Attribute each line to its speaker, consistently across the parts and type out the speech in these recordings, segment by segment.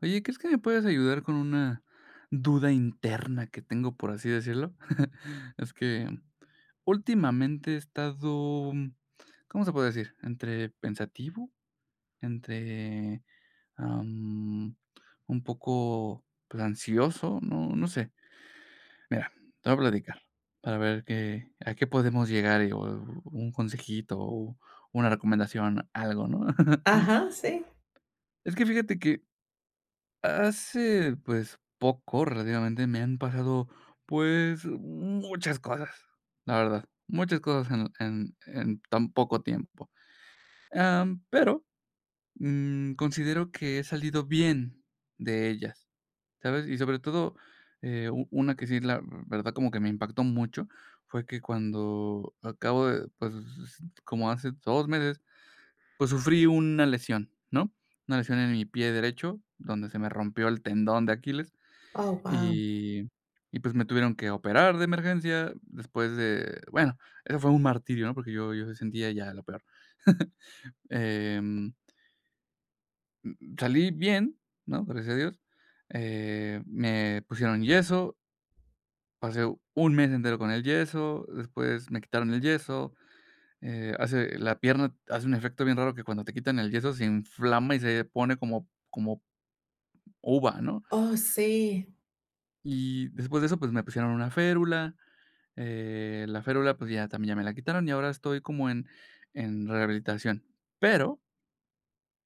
Speaker 1: Oye, ¿crees que me puedes ayudar con una duda interna que tengo, por así decirlo? Es que últimamente he estado, ¿cómo se puede decir? Entre pensativo, entre am, un poco pues, ansioso, no, no sé. Mira, te voy a platicar para ver qué, a qué podemos llegar o un consejito o una recomendación, algo, ¿no?
Speaker 2: Ajá, sí.
Speaker 1: Es que fíjate que hace, pues, poco, relativamente, me han pasado, pues, muchas cosas, la verdad, muchas cosas en tan poco tiempo, pero, considero que he salido bien de ellas, ¿sabes? Y sobre todo, u una que sí, la verdad, como que me impactó mucho, fue que cuando acabo de, pues, como hace 2 meses, pues, sufrí una lesión, ¿no? Una lesión en mi pie derecho, donde se me rompió el tendón de Aquiles.
Speaker 2: Oh, wow.
Speaker 1: Y pues, me tuvieron que operar de emergencia después de bueno, eso fue un martirio, ¿no? Porque yo sentía ya lo peor. Em, salí bien, ¿no? Gracias a Dios. Me pusieron yeso, pasé un mes entero con el yeso, después me quitaron el yeso, hace la pierna hace un efecto bien raro que cuando te quitan el yeso se inflama y se pone como uva, ¿no?
Speaker 2: Oh, sí.
Speaker 1: Y después de eso, pues, me pusieron una férula. La férula, pues ya también ya me la quitaron y ahora estoy como en rehabilitación. Pero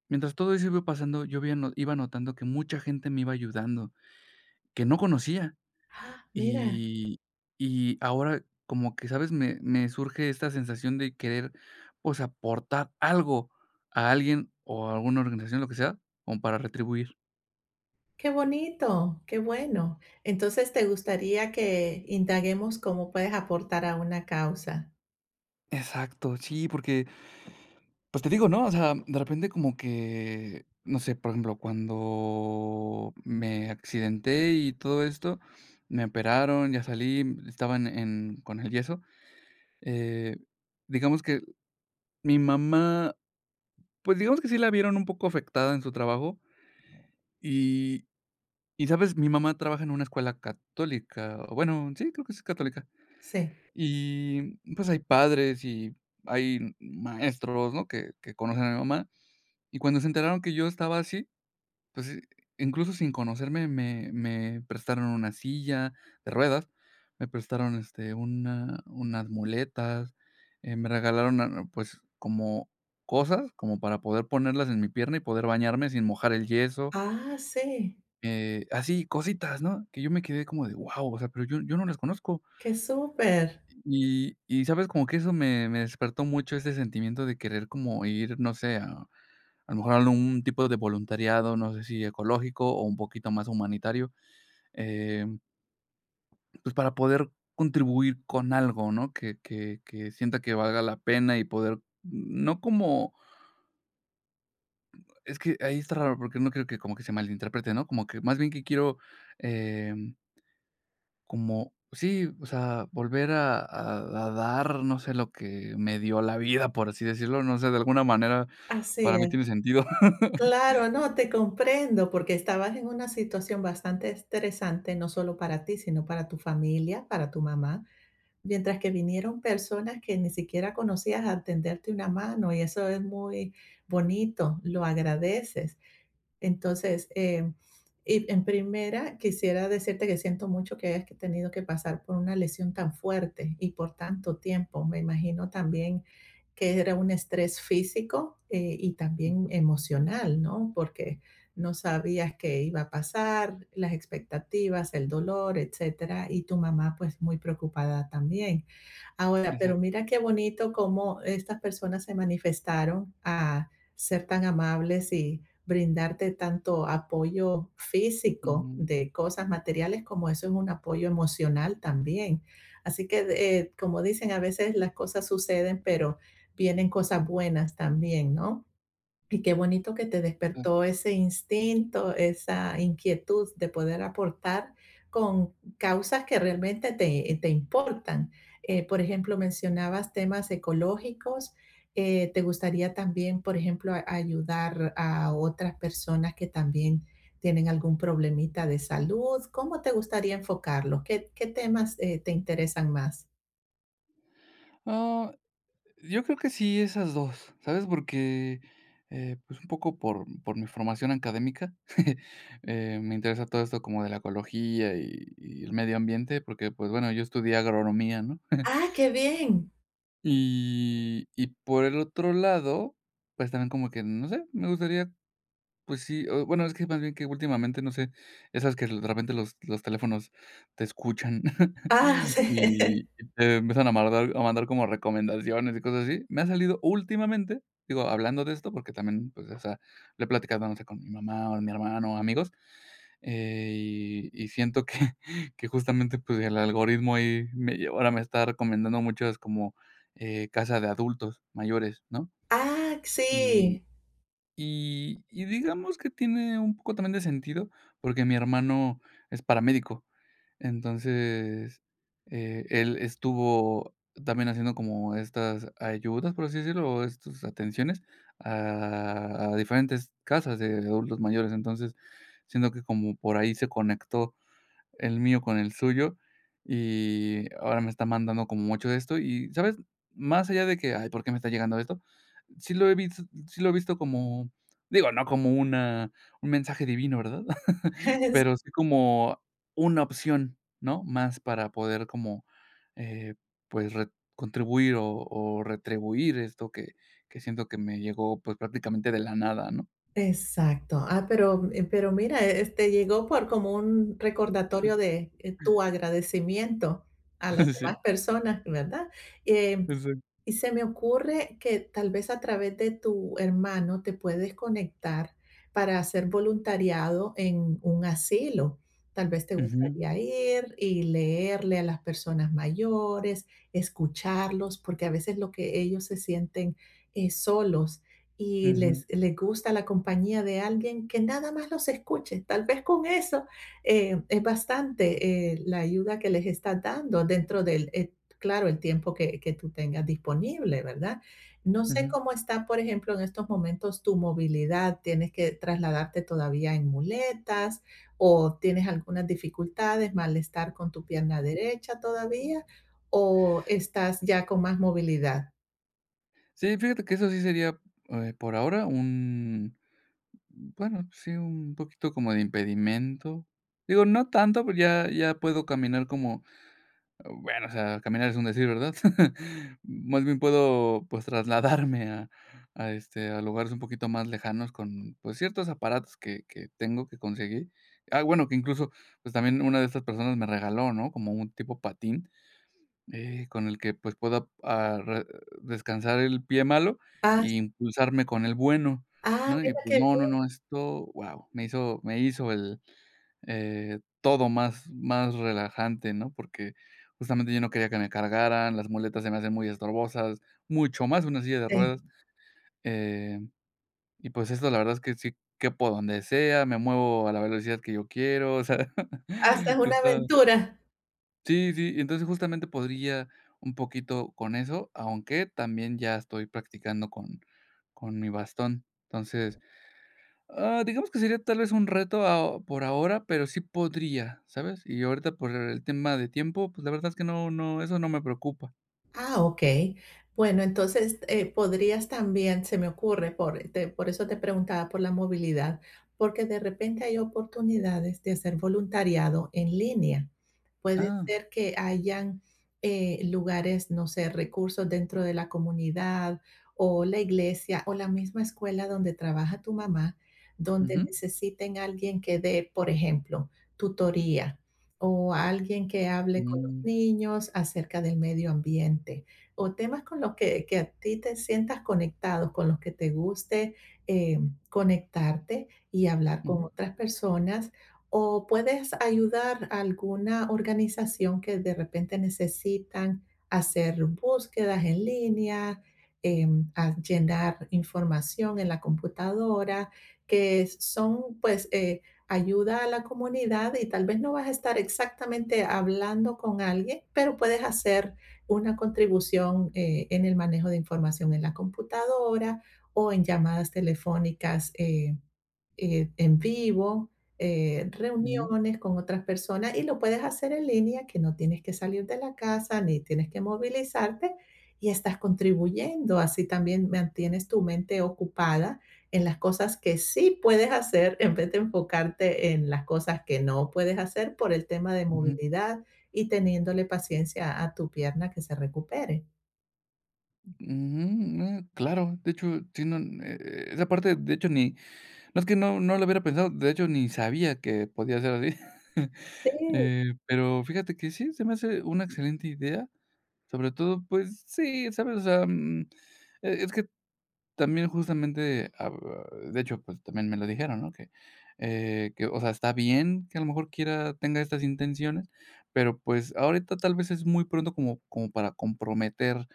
Speaker 1: mientras todo eso iba pasando, yo había no iba notando que mucha gente me iba ayudando, que no conocía.
Speaker 2: Ah, mira,
Speaker 1: Y y ahora como que, ¿sabes? Me surge esta sensación de querer, pues, aportar algo a alguien o a alguna organización, lo que sea, como para retribuir.
Speaker 2: qué bonito, qué bueno. Entonces, ¿te gustaría que indaguemos cómo puedes aportar a una causa?
Speaker 1: Exacto, sí, porque pues te digo, ¿no? O sea, de repente como que, no sé, por ejemplo, cuando me accidenté y todo esto, me operaron, ya salí, estaban en con el yeso, eh, digamos que mi mamá, pues digamos que sí la vieron un poco afectada en su trabajo y y ¿sabes? Mi mamá trabaja en una escuela católica, o bueno, sí, creo que sí es católica.
Speaker 2: Sí.
Speaker 1: Y, pues, hay padres y hay maestros, ¿no?, que conocen a mi mamá, y cuando se enteraron que yo estaba así pues, incluso sin conocerme, me prestaron una silla de ruedas, me prestaron, este, unas muletas, me regalaron, pues, como cosas, como para poder ponerlas en mi pierna y poder bañarme sin mojar el yeso,
Speaker 2: Ah, sí,
Speaker 1: así, cositas, ¿no? Que yo me quedé como de: wow, o sea, pero yo no las conozco.
Speaker 2: qué súper.
Speaker 1: ¿Sabes? Como que eso me despertó mucho ese sentimiento de querer como ir, no sé, a lo mejor a algún tipo de voluntariado, no sé si ecológico o un poquito más humanitario, em, pues, para poder contribuir con algo, ¿no? Que sienta que valga la pena y poder no como es que ahí está raro, porque no creo que como que se malinterprete, ¿no? Como que más bien que quiero, em como sí, o sea, volver a a dar, no sé, lo que me dio la vida, por así decirlo, no sé, de alguna manera
Speaker 2: Así
Speaker 1: para mí
Speaker 2: es.
Speaker 1: tiene sentido.
Speaker 2: Claro, no, te comprendo, porque estabas en una situación bastante estresante, no solo para ti, sino para tu familia, para tu mamá. Mientras que vinieron personas que ni siquiera conocías a tenderte una mano y eso es muy bonito, lo agradeces. Entonces, y en primera, quisiera decirte que siento mucho que hayas que tenido que pasar por una lesión tan fuerte y por tanto tiempo. Me imagino también que era un estrés físico, y también emocional, ¿no? Porque no sabías qué iba a pasar, las expectativas, el dolor, etcétera, y tu mamá pues muy preocupada también. Ahora, pero
Speaker 1: Exacto.
Speaker 2: mira qué bonito cómo estas personas se manifestaron a ser tan amables, brindarte tanto apoyo físico
Speaker 1: Ujú.
Speaker 2: de cosas materiales, como eso es un apoyo emocional también. Así que, como dicen, a veces las cosas suceden, pero vienen cosas buenas también, ¿no? Y qué bonito que te
Speaker 1: Sí.
Speaker 2: despertó ese instinto, esa inquietud de poder aportar con causas que realmente te, te importan. Por ejemplo, mencionabas temas ecológicos. ¿Te gustaría también, por ejemplo, ayudar a otras personas que también tienen algún problemita de salud? ¿Cómo te gustaría enfocarlo? ¿Qué, qué temas te interesan más?
Speaker 1: Ah, yo creo que sí, esas dos, ¿sabes? Porque, pues, un poco por mi formación académica, me interesa todo esto como de la ecología y el medio ambiente, porque, pues, bueno, yo estudié agronomía, ¿no?
Speaker 2: Ah, qué bien.
Speaker 1: Y por el otro lado, pues, también como que, no sé, me gustaría pues sí, o bueno, es que más bien que últimamente, no sé, esas que de repente los teléfonos te escuchan
Speaker 2: Ah, sí.
Speaker 1: y te empiezan a mandar como recomendaciones y cosas así. Me ha salido últimamente, digo, hablando de esto, porque también, pues, o sea, lo he platicado, no sé, con mi mamá o mi hermano o amigos, y siento que que justamente, pues, el algoritmo ahí me ahora me está recomendando muchas como, casa de adultos mayores, ¿no?
Speaker 2: Ah, sí.
Speaker 1: Y digamos que tiene un poco también de sentido, porque mi hermano es paramédico. Entonces, él estuvo también haciendo como estas ayudas, por así decirlo, o estas atenciones a diferentes casas de adultos mayores. Entonces, siento que como por ahí se conectó el mío con el suyo, y ahora me está mandando como mucho de esto. Y, ¿sabes? Más allá de que: "Ay, ¿por qué me está llegando esto?". Sí lo he visto sí lo he visto como, digo, no como una un mensaje divino, ¿verdad? Pero sí como una opción, ¿no? Más para poder como, eh, pues, re contribuir o retribuir esto que siento que me llegó, pues, prácticamente de la nada, ¿no?
Speaker 2: Exacto. Ah, pero mira, este llegó por como un recordatorio de, tu agradecimiento a las demás
Speaker 1: Sí,
Speaker 2: personas, ¿verdad? Eh,
Speaker 1: exacto.
Speaker 2: y se me ocurre que tal vez a través de tu hermano te puedes conectar para hacer voluntariado en un asilo. Tal vez te
Speaker 1: Ujú,
Speaker 2: gustaría ir y leerle a las personas mayores, escucharlos, porque a veces lo que ellos se sienten es solos y
Speaker 1: ujú,
Speaker 2: les gusta la compañía de alguien que nada más los escuche. Tal vez con eso, es bastante, la ayuda que les está dando dentro del, claro, el tiempo que tú tengas disponible, ¿verdad? No sé
Speaker 1: ujú.
Speaker 2: cómo está, por ejemplo, en estos momentos tu movilidad. ¿Tienes que trasladarte todavía en muletas o tienes algunas dificultades, malestar con tu pierna derecha todavía, o estás ya con más movilidad?
Speaker 1: Sí, fíjate que eso sí sería, por ahora un, bueno, sí, un poquito como de impedimento. Digo, no tanto, pero ya puedo caminar como bueno, o sea, caminar es un decir, ¿verdad? Más bien puedo, pues, trasladarme a a lugares un poquito más lejanos con, pues, ciertos aparatos que tengo, que conseguí. Ah, bueno, que incluso, pues, también una de estas personas me regaló, ¿no? Como un tipo patín, con el que, pues, pueda, re descansar el pie malo
Speaker 2: Ah,
Speaker 1: y impulsarme con el bueno,
Speaker 2: ah,
Speaker 1: ¿no? Y,
Speaker 2: mira
Speaker 1: pues,
Speaker 2: qué
Speaker 1: no, no,
Speaker 2: bien.
Speaker 1: no, esto, wow, me hizo el todo más más relajante, ¿no? Porque justamente yo no quería que me cargaran, las muletas se me hacen muy estorbosas, mucho más una silla de ruedas, eh, y pues esto la verdad es que sí quepo donde sea, me muevo a la velocidad que yo quiero, o sea,
Speaker 2: Hasta es una
Speaker 1: está
Speaker 2: aventura.
Speaker 1: sí, sí, entonces justamente podría un poquito con eso, aunque también ya estoy practicando con mi bastón. Entonces ah, digamos que sería tal vez un reto ao por ahora, pero sí podría, ¿sabes? Y ahorita por el tema de tiempo, pues, la verdad es que no no, eso no me preocupa.
Speaker 2: Ah, okey. Bueno, entonces, podrías también, se me ocurre, por eso te preguntaba por la movilidad, porque de repente hay oportunidades de hacer voluntariado en línea. Puede
Speaker 1: Ah,
Speaker 2: ser que hayan, lugares, no sé, recursos dentro de la comunidad, o la iglesia, o la misma escuela donde trabaja tu mamá, donde
Speaker 1: ujú,
Speaker 2: necesiten alguien que dé, por ejemplo, tutoría, o alguien que hable con los
Speaker 1: mm,
Speaker 2: niños acerca del medio ambiente o temas con los que a ti te sientas conectado, con los que te guste, eh, conectarte y hablar
Speaker 1: ujú,
Speaker 2: con otras personas. O puedes ayudar a alguna organización que de repente necesitan hacer búsquedas en línea, a llenar información en la computadora, que son pues, ayuda a la comunidad, y tal vez no vas a estar exactamente hablando con alguien, pero puedes hacer una contribución, en el manejo de información en la computadora o en llamadas telefónicas, en vivo,
Speaker 1: ujú,
Speaker 2: reuniones con otras personas, y lo puedes hacer en línea, que no tienes que salir de la casa ni tienes que movilizarte, y estás contribuyendo. Así también mantienes tu mente ocupada en las cosas que sí puedes hacer, en vez de enfocarte en las cosas que no puedes hacer por el tema de
Speaker 1: ujú,
Speaker 2: movilidad, y teniéndole paciencia a tu pierna que se recupere.
Speaker 1: ujú, ah, claro, de hecho, sí, no, esa parte, de hecho, ni no es que no no lo hubiera pensado, de hecho, ni sabía que podía ser así.
Speaker 2: Sí,
Speaker 1: Pero fíjate que sí, se me hace una excelente idea, sobre todo, pues sí, ¿sabes? O sea, es que también justamente, de hecho, pues, también me lo dijeron, ¿no? Que, o sea, está bien que a lo mejor quiera tenga estas intenciones, pero, pues, ahorita tal vez es muy pronto como para comprometer,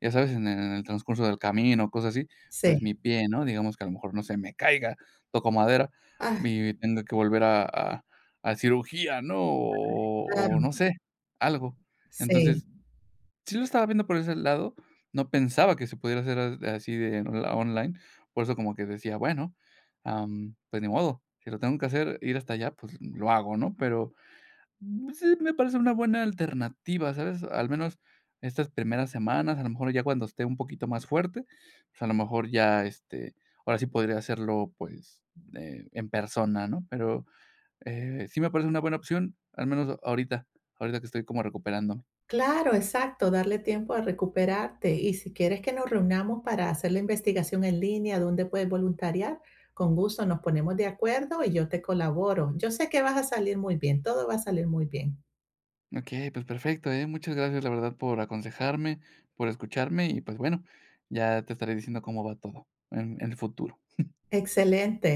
Speaker 1: ya sabes, en el transcurso del camino, cosas así, pues, mi
Speaker 2: sí.
Speaker 1: pie, ¿no? Digamos que a lo mejor, no sé, me caiga, toco madera,
Speaker 2: Ah,
Speaker 1: y tenga que volver a a cirugía, ¿no? O
Speaker 2: claro.
Speaker 1: no sé, algo.
Speaker 2: Sí.
Speaker 1: Entonces, sí lo estaba viendo por ese lado, no pensaba que se pudiera hacer a así de onla online, por eso como que decía, bueno, pues ni modo, si lo tengo que hacer, ir hasta allá, pues lo hago, ¿no? Pero, pues sí me parece una buena alternativa, ¿sabes? Al menos estas primeras semanas, a lo mejor ya cuando esté un poquito más fuerte, pues a lo mejor ya, este, ahora sí podría hacerlo, pues, en persona, ¿no? Pero, sí me parece una buena opción, al menos ahorita, ahorita que estoy como recuperando.
Speaker 2: Claro, exacto, darle tiempo a recuperarte. Y si quieres que nos reunamos para hacer la investigación en línea, dónde puedes voluntariar, con gusto nos ponemos de acuerdo y yo te colaboro. Yo sé que vas a salir muy bien, todo va a salir muy bien.
Speaker 1: Okey, pues perfecto, ¿eh? Muchas gracias, la verdad, por aconsejarme, por escucharme y, pues bueno, ya te estaré diciendo cómo va todo en el futuro.
Speaker 2: Excelente.